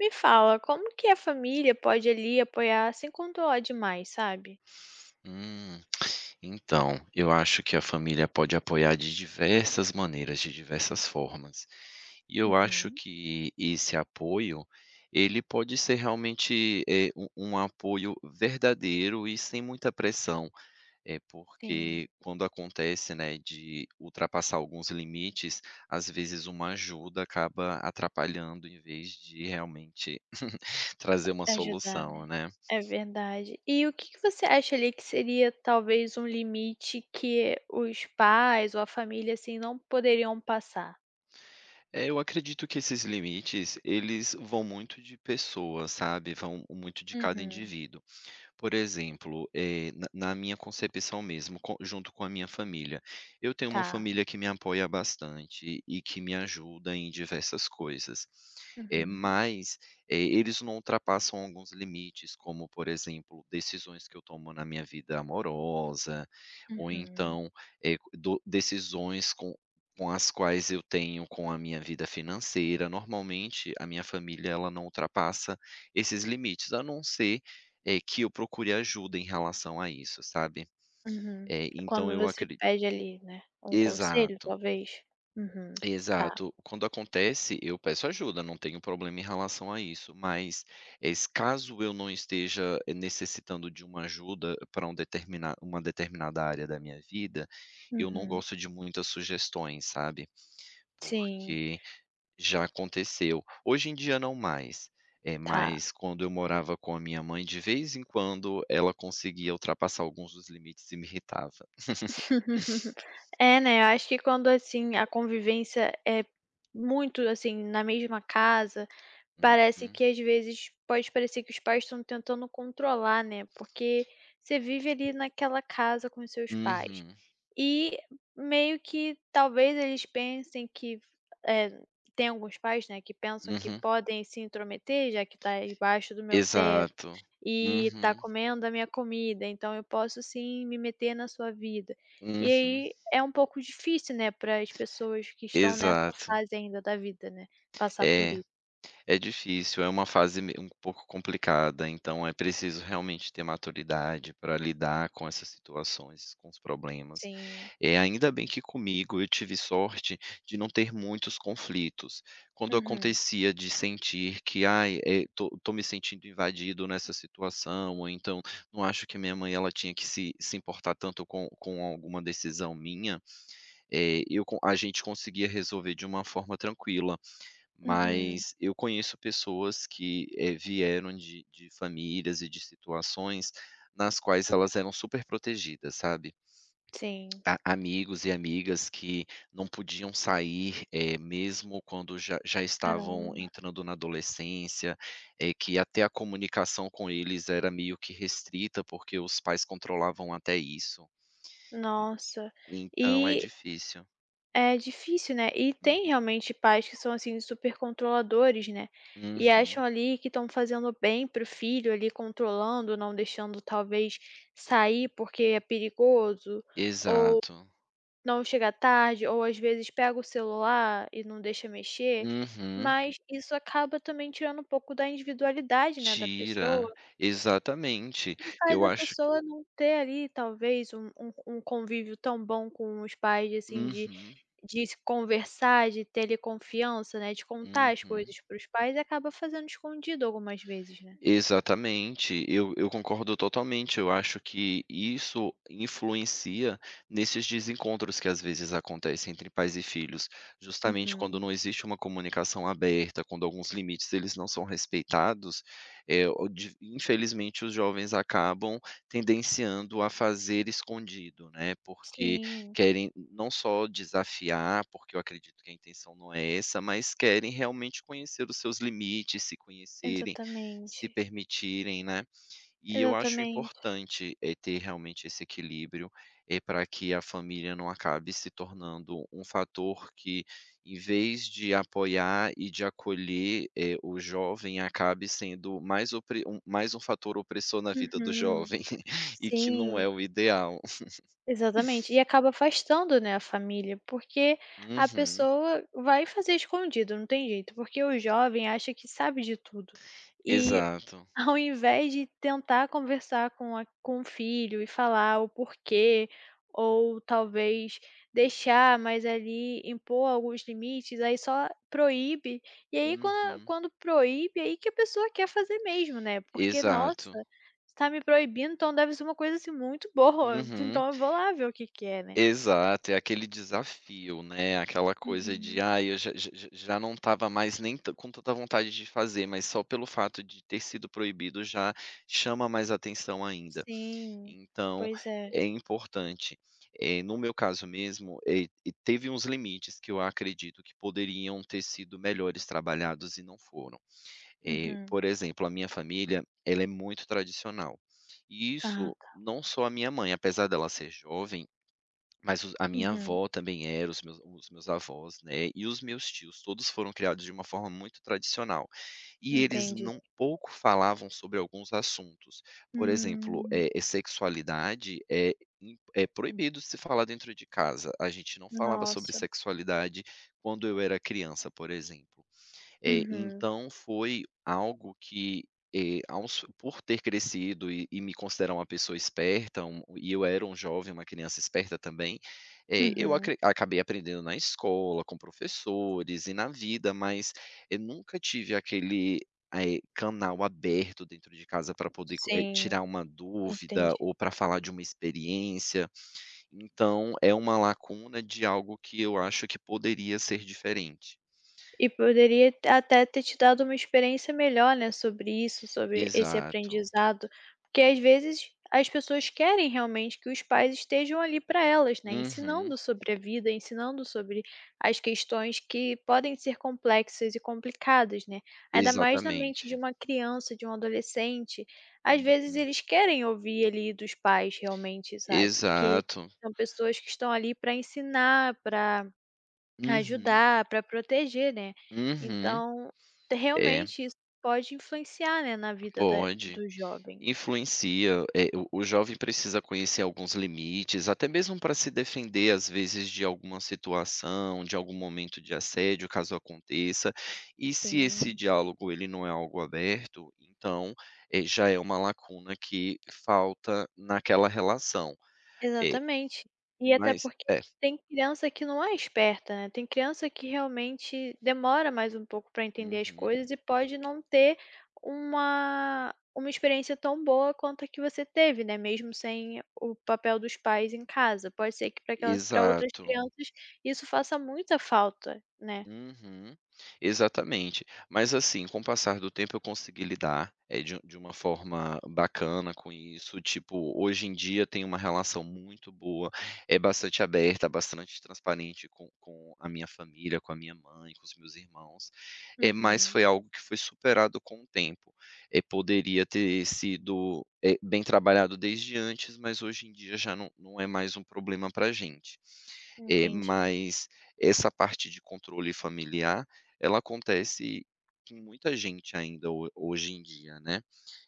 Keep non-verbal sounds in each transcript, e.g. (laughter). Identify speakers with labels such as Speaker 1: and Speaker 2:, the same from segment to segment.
Speaker 1: Me fala, como que a família pode ali apoiar sem controlar demais, sabe?
Speaker 2: Hum, então, eu acho que a família pode apoiar de diversas maneiras, de diversas formas. E eu acho
Speaker 1: Uhum.
Speaker 2: que esse apoio, ele pode ser realmente um apoio verdadeiro e sem muita pressão, porque
Speaker 1: Sim,
Speaker 2: quando acontece, né, de ultrapassar alguns limites, às vezes uma ajuda acaba atrapalhando em vez de realmente trazer uma
Speaker 1: ajudar,
Speaker 2: solução,
Speaker 1: né?
Speaker 2: né?
Speaker 1: É verdade. E o que que você acha ali que seria talvez um limite que os pais ou a família assim não poderiam passar?
Speaker 2: É, eu acredito que esses limites, eles vão muito de pessoa, sabe, vão muito de cada
Speaker 1: Uhum,
Speaker 2: indivíduo. Por exemplo, na minha concepção mesmo, co junto com a minha família, eu tenho uma
Speaker 1: tá.
Speaker 2: família que me apoia bastante e que me ajuda em diversas coisas,
Speaker 1: Uhum.
Speaker 2: mas, eles não ultrapassam alguns limites, como, por exemplo, decisões que eu tomo na minha vida amorosa, ou
Speaker 1: Uhum,
Speaker 2: então, eh, do decisões com as quais eu tenho com a minha vida financeira. Normalmente, a minha família, ela não ultrapassa esses limites, a não ser que eu procure ajuda em relação a isso, sabe.
Speaker 1: uhum.
Speaker 2: Então
Speaker 1: Quando
Speaker 2: eu
Speaker 1: você
Speaker 2: acredito.
Speaker 1: pede ali, né, um conselho,
Speaker 2: Exato,
Speaker 1: talvez? Uhum, tá.
Speaker 2: exato. Quando acontece, eu peço ajuda, não tenho problema em relação a isso, mas, eh, s caso eu não esteja necessitando de uma ajuda para um determina uma determinada área da minha vida, eu não
Speaker 1: Uhum,
Speaker 2: gosto de muitas sugestões, sabe,
Speaker 1: sim,
Speaker 2: porque já aconteceu. Hoje em dia não mais,
Speaker 1: tá.
Speaker 2: mas quando eu morava com a minha mãe, de vez em quando ela conseguia ultrapassar alguns dos limites e me irritava. (laughs)
Speaker 1: (laughs) É, né, eu acho que quando, assim, a convivência é muito, assim, na mesma casa, parece
Speaker 2: Uhum.
Speaker 1: que às vezes pode parecer que os pais estão tentando controlar, né, porque você vive ali naquela casa com os seus pais.
Speaker 2: Uhum.
Speaker 1: E meio que talvez eles pensem que, eh, tem alguns pais, né, que pensam que
Speaker 2: Uhum.
Speaker 1: podem se intrometer, já que está debaixo do meu teto
Speaker 2: Exato.
Speaker 1: e tá
Speaker 2: Uhum.
Speaker 1: comendo a minha comida, então eu posso sim me meter na sua vida. E
Speaker 2: Uhum.
Speaker 1: aí é um pouco difícil, né, para as pessoas que estão nessa
Speaker 2: Exato.
Speaker 1: fase ainda da vida, né, passar por
Speaker 2: É,
Speaker 1: isso.
Speaker 2: é difícil, é uma fase me um pouco complicada, então é preciso realmente ter maturidade para lidar com essas situações, com os problemas.
Speaker 1: Sim.
Speaker 2: É ainda bem que comigo eu tive sorte de não ter muitos conflitos. Quando
Speaker 1: Uhum,
Speaker 2: acontecia de sentir que: "Ai, tô me sentindo invadido nessa situação", ou então, "Não acho que minha mãe ela tinha que se importar tanto com alguma decisão minha", eh, eu co a gente conseguia resolver de uma forma tranquila.
Speaker 1: uhum.
Speaker 2: Mas eu conheço pessoas que, vieram de famílias e de situações nas quais elas eram super protegidas, sabe?
Speaker 1: Sim.
Speaker 2: A amigos e amigas que não podiam sair, mesmo quando já estavam
Speaker 1: Caramba.
Speaker 2: entrando na adolescência, que até a comunicação com eles era meio que restrita, porque os pais controlavam até isso.
Speaker 1: Nossa.
Speaker 2: E então é
Speaker 1: E
Speaker 2: difícil.
Speaker 1: é difícil, né. E
Speaker 2: Uhum.
Speaker 1: tem realmente pais que são, assim, super controladores, né, e
Speaker 2: Uhum.
Speaker 1: acham ali que estão fazendo bem pro filho ali, controlando, não deixando talvez sair porque é perigoso.
Speaker 2: Exato.
Speaker 1: Não chega tarde ou às vezes pega o celular e não deixa mexer,
Speaker 2: Uhum.
Speaker 1: mas isso acaba também tirando um pouco da individualidade, né, da
Speaker 2: Tira.
Speaker 1: pessoa,
Speaker 2: Exatamente.
Speaker 1: e faz
Speaker 2: Eu
Speaker 1: a
Speaker 2: acho.
Speaker 1: pessoa não ter ali talvez um convívio tão bom com os pais, assim,
Speaker 2: Uhum,
Speaker 1: de se conversar, de ter ali confiança, né, de contar as
Speaker 2: uhum.
Speaker 1: coisas para os pais e acaba fazendo escondido algumas vezes, né.
Speaker 2: Exatamente, eu concordo totalmente. Eu acho que isso influencia nesses desencontros que às vezes acontecem entre pais e filhos, justamente quando
Speaker 1: Uhum.
Speaker 2: não existe uma comunicação aberta, quando alguns limites eles não são respeitados, eh, o de infelizmente os jovens acabam tendenciando a fazer escondido, né, porque
Speaker 1: Sim,
Speaker 2: querem não só desafiar, porque eu acredito que a intenção não é essa, mas querem realmente conhecer os seus limites, se conhecerem, se
Speaker 1: exatamente,
Speaker 2: permitirem, né. E eu acho
Speaker 1: exatamente.
Speaker 2: importante, ter realmente esse equilíbrio, para que a família não acabe se tornando um fator que, em vez de apoiar e de acolher, o jovem, acabe sendo mais um fator opressor na vida do
Speaker 1: Uhum.
Speaker 2: jovem (laughs) e que não
Speaker 1: Sim.
Speaker 2: é o ideal.
Speaker 1: Exatamente. E acaba afastando, né, a família, porque a
Speaker 2: Uhum.
Speaker 1: pessoa vai fazer escondido, não tem jeito, porque o jovem acha que sabe de tudo. E
Speaker 2: Exato.
Speaker 1: ao invés de tentar conversar com a com o filho e falar o porquê, ou talvez deixar, mas ali impor alguns limites, aí só proíbe. E aí quando
Speaker 2: Uhum.
Speaker 1: quando proíbe, aí que a pessoa quer fazer mesmo, né, porque:
Speaker 2: Exato.
Speaker 1: "Nossa, está me proibindo, então deve ser uma coisa, assim, muito boa, (laughs)
Speaker 2: Uhum.
Speaker 1: então eu vou lá ver o que que é", né.
Speaker 2: Exato, é aquele desafio, né, aquela coisa de:
Speaker 1: Uhum.
Speaker 2: "ah, eu já não estava mais nem tan com tanta vontade de fazer", mas só pelo fato de ter sido proibido já chama mais atenção ainda.
Speaker 1: Sim,
Speaker 2: Então,
Speaker 1: pois é.
Speaker 2: é importante. No meu caso mesmo, e teve uns limites que eu acredito que poderiam ter sido melhores trabalhados e não foram.
Speaker 1: Uhum.
Speaker 2: Por exemplo, a minha família, ela é muito tradicional. E
Speaker 1: Ah,
Speaker 2: isso
Speaker 1: tá.
Speaker 2: não só a minha mãe, apesar dela ser jovem, mas os a minha
Speaker 1: Uhum.
Speaker 2: avó também era, os meus avós, né, e os meus tios, todos foram criados de uma forma muito tradicional. E eles
Speaker 1: Entendi.
Speaker 2: não pouco falavam sobre alguns assuntos. Por exemplo,
Speaker 1: Hum,
Speaker 2: sexualidade é im é proibido se falar dentro de casa. A gente não falava sobre
Speaker 1: nossa.
Speaker 2: sexualidade quando eu era criança, por exemplo.
Speaker 1: Uhum.
Speaker 2: Então foi algo que, eh, aos por ter crescido e me considerar uma pessoa esperta, e eu era um jovem, uma criança esperta também, eh, eu
Speaker 1: Uhum.
Speaker 2: acre acabei aprendendo na escola, com professores e na vida, mas eu nunca tive aquele, canal aberto dentro de casa para poder
Speaker 1: Sim,
Speaker 2: tirar uma dúvida
Speaker 1: entendi.
Speaker 2: ou para falar de uma experiência. Então é uma lacuna de algo que eu acho que poderia ser diferente.
Speaker 1: E poderia t até ter te dado uma experiência melhor, né, sobre isso, sobre esse
Speaker 2: Exato.
Speaker 1: aprendizado, porque às vezes as pessoas querem realmente que os pais estejam ali para elas, né,
Speaker 2: Uhum,
Speaker 1: ensinando sobre a vida, ensinando sobre as questões que podem ser complexas e complicadas, né, ainda mais na mente de
Speaker 2: exatamente.
Speaker 1: uma criança, de um adolescente. Às vezes
Speaker 2: Uhum.
Speaker 1: eles querem ouvir ali dos pais realmente, sabe, que
Speaker 2: Exato.
Speaker 1: são pessoas que estão ali para ensinar, para
Speaker 2: Uhum,
Speaker 1: ajudar, para proteger, né.
Speaker 2: uhum.
Speaker 1: Então,
Speaker 2: É,
Speaker 1: realmente isso pode influenciar, né, na vida da
Speaker 2: pode.
Speaker 1: do jovem.
Speaker 2: Influencia, o jovem precisa conhecer alguns limites, até mesmo para se defender, às vezes, de alguma situação, de algum momento de assédio, caso aconteça. E se esse
Speaker 1: Sim,
Speaker 2: diálogo ele não é algo aberto, então, já é uma lacuna que falta naquela relação. É,
Speaker 1: exatamente. E até
Speaker 2: mas
Speaker 1: porque
Speaker 2: é.
Speaker 1: tem criança que não é esperta, né, tem criança que realmente demora mais um pouco para entender as
Speaker 2: Uhum.
Speaker 1: coisas e pode não ter uma experiência tão boa quanto a que você teve, né, mesmo sem o papel dos pais em casa. Pode ser que para outras
Speaker 2: Exato.
Speaker 1: crianças isso faça muita falta, né.
Speaker 2: Uhum. Exatamente. Mas assim, com o passar do tempo eu consegui lidar, de uma forma bacana com isso, tipo, hoje em dia tenho uma relação muito boa, bastante aberta, bastante transparente com a minha família, com a minha mãe, com os meus irmãos, mas
Speaker 1: Uhum.
Speaker 2: foi algo que foi superado com o tempo. Poderia ter sido, bem trabalhado desde antes, mas hoje em dia já não é mais um problema pra gente.
Speaker 1: Entendi.
Speaker 2: Mas essa parte de controle familiar, ela acontece com muita gente ainda ho hoje em dia, né.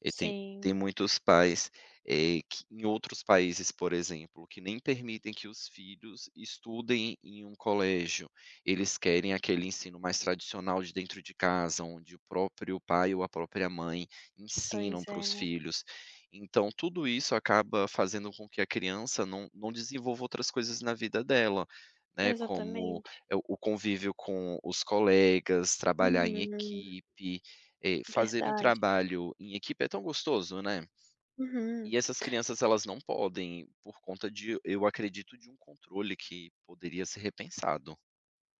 Speaker 2: E tem
Speaker 1: Sim,
Speaker 2: muitos pais, que em outros países, por exemplo, que nem permitem que os filhos estudem em um colégio. Eles querem aquele ensino mais tradicional de dentro de casa, onde o próprio pai ou a própria mãe ensinam
Speaker 1: pois
Speaker 2: para
Speaker 1: é,
Speaker 2: os
Speaker 1: né.
Speaker 2: filhos. Então, tudo isso acaba fazendo com que a criança não desenvolva outras coisas na vida dela, né, como,
Speaker 1: Exatamente.
Speaker 2: o convívio com os colegas, trabalhar
Speaker 1: Uhum,
Speaker 2: em equipe, fazer um
Speaker 1: verdade.
Speaker 2: trabalho em equipe é tão gostoso, né.
Speaker 1: Uhum.
Speaker 2: E essas crianças elas não podem, por conta de eu acredito, de um controle que poderia ser repensado.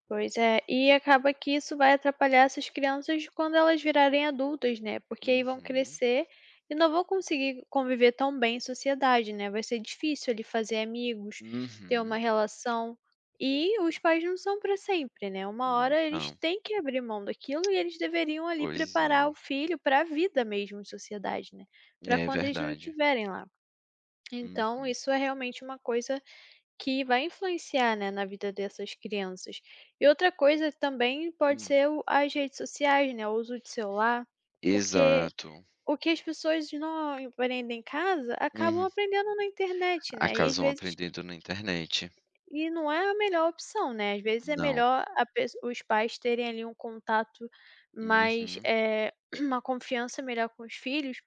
Speaker 1: Pois é, e acaba que isso vai atrapalhar essas crianças quando elas virarem adultas, né, porque aí vão
Speaker 2: Uhum,
Speaker 1: crescer e não vão conseguir conviver tão bem em sociedade, né, vai ser difícil ali fazer amigos, ter uma
Speaker 2: uhum.
Speaker 1: relação, e os pais não são para sempre, né, uma
Speaker 2: Não
Speaker 1: hora eles
Speaker 2: são.
Speaker 1: têm que abrir mão daquilo e eles deveriam ali
Speaker 2: Pois
Speaker 1: preparar
Speaker 2: é.
Speaker 1: o filho para a vida mesmo em sociedade, né, para
Speaker 2: É
Speaker 1: quando eles não
Speaker 2: verdade.
Speaker 1: estiverem lá.
Speaker 2: Uhum,
Speaker 1: Então isso é realmente uma coisa que vai influenciar, né, na vida dessas crianças. E outra coisa também pode
Speaker 2: hum.
Speaker 1: ser o as redes sociais, né, o uso de celular, porque
Speaker 2: Exato.
Speaker 1: o que as pessoas não aprendem em casa, acabam
Speaker 2: Uhum.
Speaker 1: aprendendo na internet, né, e às
Speaker 2: Acabam
Speaker 1: vezes
Speaker 2: aprendendo na internet.
Speaker 1: e não é a melhor opção, né, às vezes é
Speaker 2: Não.
Speaker 1: melhor a pesso os pais terem ali um contato mais,
Speaker 2: Uhum.
Speaker 1: (clears throat) uma confiança melhor com os filhos,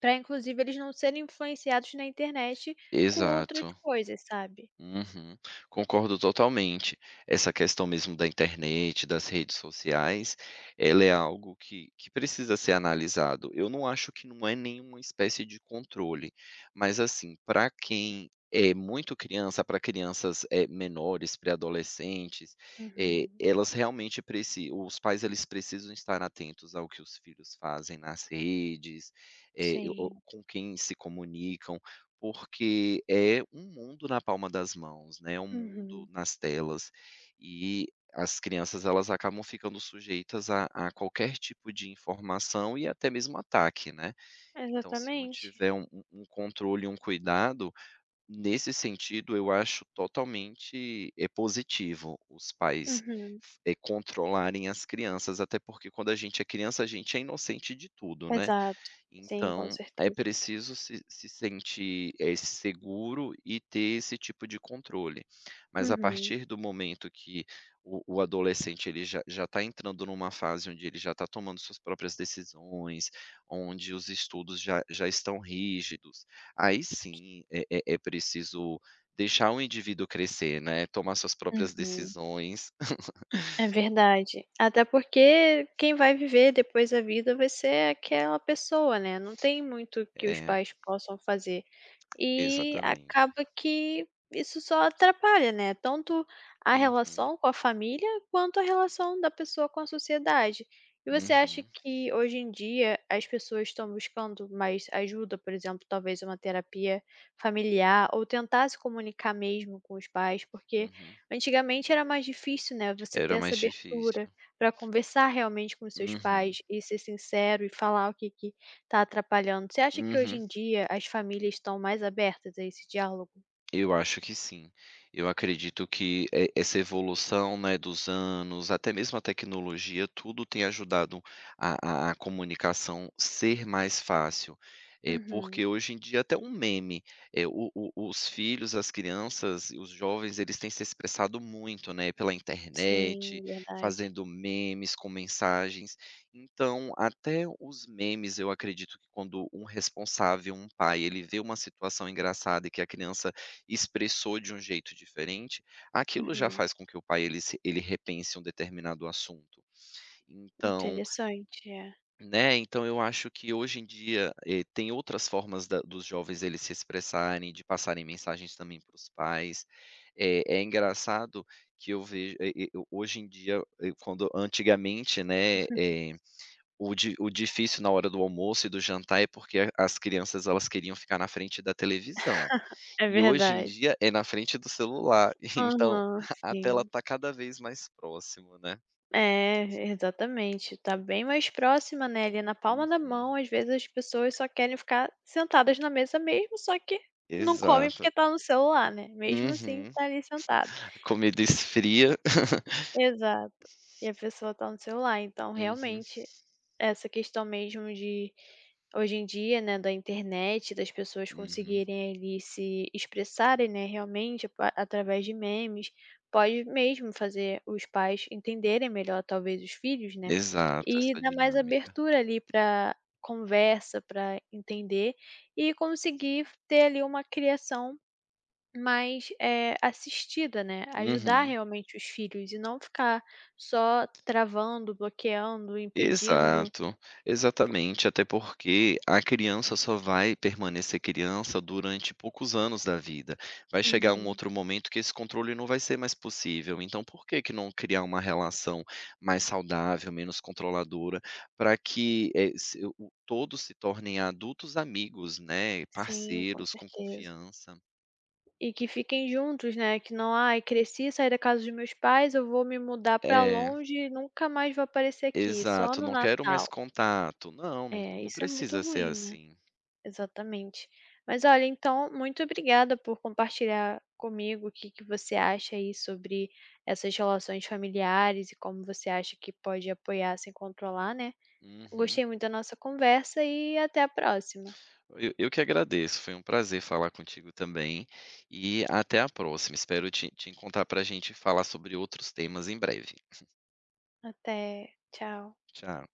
Speaker 1: para inclusive eles não serem influenciados na internet com outras
Speaker 2: Exato.
Speaker 1: coisas, sabe.
Speaker 2: Uhum, concordo totalmente. Essa questão mesmo da internet, das redes sociais, ela é algo que precisa ser analisado. Eu não acho que não é nenhuma espécie de controle, mas, assim, para quem é muito criança, para crianças, menores, pré-adolescentes, eh,
Speaker 1: Uhum,
Speaker 2: elas realmente preci os pais, eles precisam estar atentos ao que os filhos fazem nas redes, eh,
Speaker 1: sim.
Speaker 2: o com quem se comunicam, porque é um mundo na palma das mãos, né, é um mundo
Speaker 1: Uhum.
Speaker 2: nas telas, e as crianças elas acabam ficando sujeitas a qualquer tipo de informação e até mesmo ataque, né. Então se não
Speaker 1: Exatamente.
Speaker 2: tiver um controle um cuidado, nesse sentido eu acho totalmente, positivo os pais
Speaker 1: Uhum.
Speaker 2: controlarem as crianças, até porque quando a gente é criança a gente é inocente de tudo, né.
Speaker 1: Exato. Sim, com
Speaker 2: Então, é
Speaker 1: certeza.
Speaker 2: preciso se sentir, seguro e ter esse tipo de controle. Mas a
Speaker 1: Uhum.
Speaker 2: partir do momento que o adolescente, ele já está entrando numa fase onde ele já está tomando suas próprias decisões, onde os estudos já estão rígidos, aí sim é preciso deixar o indivíduo crescer, né, tomar suas próprias
Speaker 1: Uhum.
Speaker 2: decisões. (laughs)
Speaker 1: É verdade. Até porque quem vai viver depois a vida vai ser aquela pessoa, né, não tem muito que os
Speaker 2: É,
Speaker 1: pais possam fazer. E
Speaker 2: exatamente.
Speaker 1: acaba que isso só atrapalha, né, tanto a
Speaker 2: Uhum,
Speaker 1: relação com a família, quanto a relação da pessoa com a sociedade. E você acha
Speaker 2: uhum,
Speaker 1: que hoje em dia as pessoas estão buscando mais ajuda, por exemplo, talvez uma terapia familiar ou tentar se comunicar mesmo com os pais? Porque
Speaker 2: uhum.
Speaker 1: antigamente era mais difícil, né, você ter
Speaker 2: Era
Speaker 1: essa
Speaker 2: mais difícil.
Speaker 1: abertura para conversar realmente com os seus
Speaker 2: Uhum.
Speaker 1: pais e ser sincero e falar o que que tá atrapalhando. Você acha que hoje
Speaker 2: Uhum.
Speaker 1: em dia as famílias estão mais abertas a esse diálogo?
Speaker 2: Eu acho que sim. Eu acredito que essa evolução, né, dos anos, até mesmo a tecnologia, tudo tem ajudado a comunicação ser mais fácil.
Speaker 1: Uhum.
Speaker 2: Porque hoje em dia até um meme, eh, o os filhos, as crianças, os jovens, eles têm se expressado muito, né, pela internet,
Speaker 1: Sim, verdade.
Speaker 2: fazendo memes com mensagens. Então, até os memes, eu acredito que quando um responsável, um pai, ele vê uma situação engraçada e que a criança expressou de um jeito diferente, aquilo já
Speaker 1: Uhum.
Speaker 2: faz com que o pai ele se ele repense um determinado assunto. Então,
Speaker 1: Interessante, é.
Speaker 2: né, eu acho que hoje em dia, tem outras formas da dos jovens eles se expressarem, de passarem mensagens também para os pais. É engraçado que eu vejo hoje em dia, quando antigamente, né, o difícil na hora do almoço e do jantar é porque as crianças elas queriam ficar na frente da televisão.
Speaker 1: (laughs) É
Speaker 2: E hoje em
Speaker 1: verdade.
Speaker 2: dia é na frente do celular, (laughs) então
Speaker 1: Aham,
Speaker 2: a tela
Speaker 1: sim.
Speaker 2: tá cada vez mais próximo, né.
Speaker 1: É, exatamente. Tá bem mais próxima, né, ali na palma da mão,
Speaker 2: Uhum.
Speaker 1: às vezes as pessoas só querem ficar sentadas na mesa mesmo, só que não come
Speaker 2: Exato.
Speaker 1: porque tá no celular, né, mesmo assim
Speaker 2: Uhum.
Speaker 1: tá ali sentado.
Speaker 2: A comida esfria. (laughs)
Speaker 1: Exato. E a pessoa tá no celular, então
Speaker 2: Uhum,
Speaker 1: realmente essa questão mesmo de hoje em dia, né, da internet, das pessoas
Speaker 2: uhum.
Speaker 1: conseguirem ali se expressarem, né, realmente pa através de memes, pode mesmo fazer os pais entenderem melhor talvez os filhos, né,
Speaker 2: Exato,
Speaker 1: e
Speaker 2: essa
Speaker 1: dar mais
Speaker 2: dinâmica.
Speaker 1: abertura ali para conversa, para entender e conseguir ter ali uma criação mais, assistida, né, ajudar
Speaker 2: Uhum.
Speaker 1: realmente os filhos e não ficar só travando, bloqueando, impedindo.
Speaker 2: Exato, exatamente, até porque a criança só vai permanecer criança durante poucos anos da vida. Vai chegar um
Speaker 1: Uhum.
Speaker 2: outro momento que esse controle não vai ser mais possível. Então, por que que não criar uma relação mais saudável, menos controladora, para que todos se tornem adultos amigos, né?
Speaker 1: Sim, com
Speaker 2: Parceiros com
Speaker 1: certeza.
Speaker 2: confiança.
Speaker 1: E que fiquem juntos, né, que não: "Ai, cresci, saí da casa dos meus pais, eu vou me mudar pra
Speaker 2: É,
Speaker 1: longe e nunca mais vou aparecer aqui, só
Speaker 2: exato.
Speaker 1: no
Speaker 2: Não quero mais
Speaker 1: Natal".
Speaker 2: contato. Não, não,
Speaker 1: É,
Speaker 2: não
Speaker 1: isso é muito
Speaker 2: precisa ser
Speaker 1: ruim, né.
Speaker 2: assim.
Speaker 1: Exatamente. Mas olha, então, muito obrigada por compartilhar comigo o que que você acha aí sobre essas relações familiares e como você acha que pode apoiar sem controlar, né.
Speaker 2: Uhum.
Speaker 1: Gostei muito da nossa conversa e até a próxima.
Speaker 2: Eu que agradeço, foi um prazer falar contigo também, e até a próxima. Espero te encontrar para a gente falar sobre outros temas em breve.
Speaker 1: Até. Tchau.
Speaker 2: Tchau.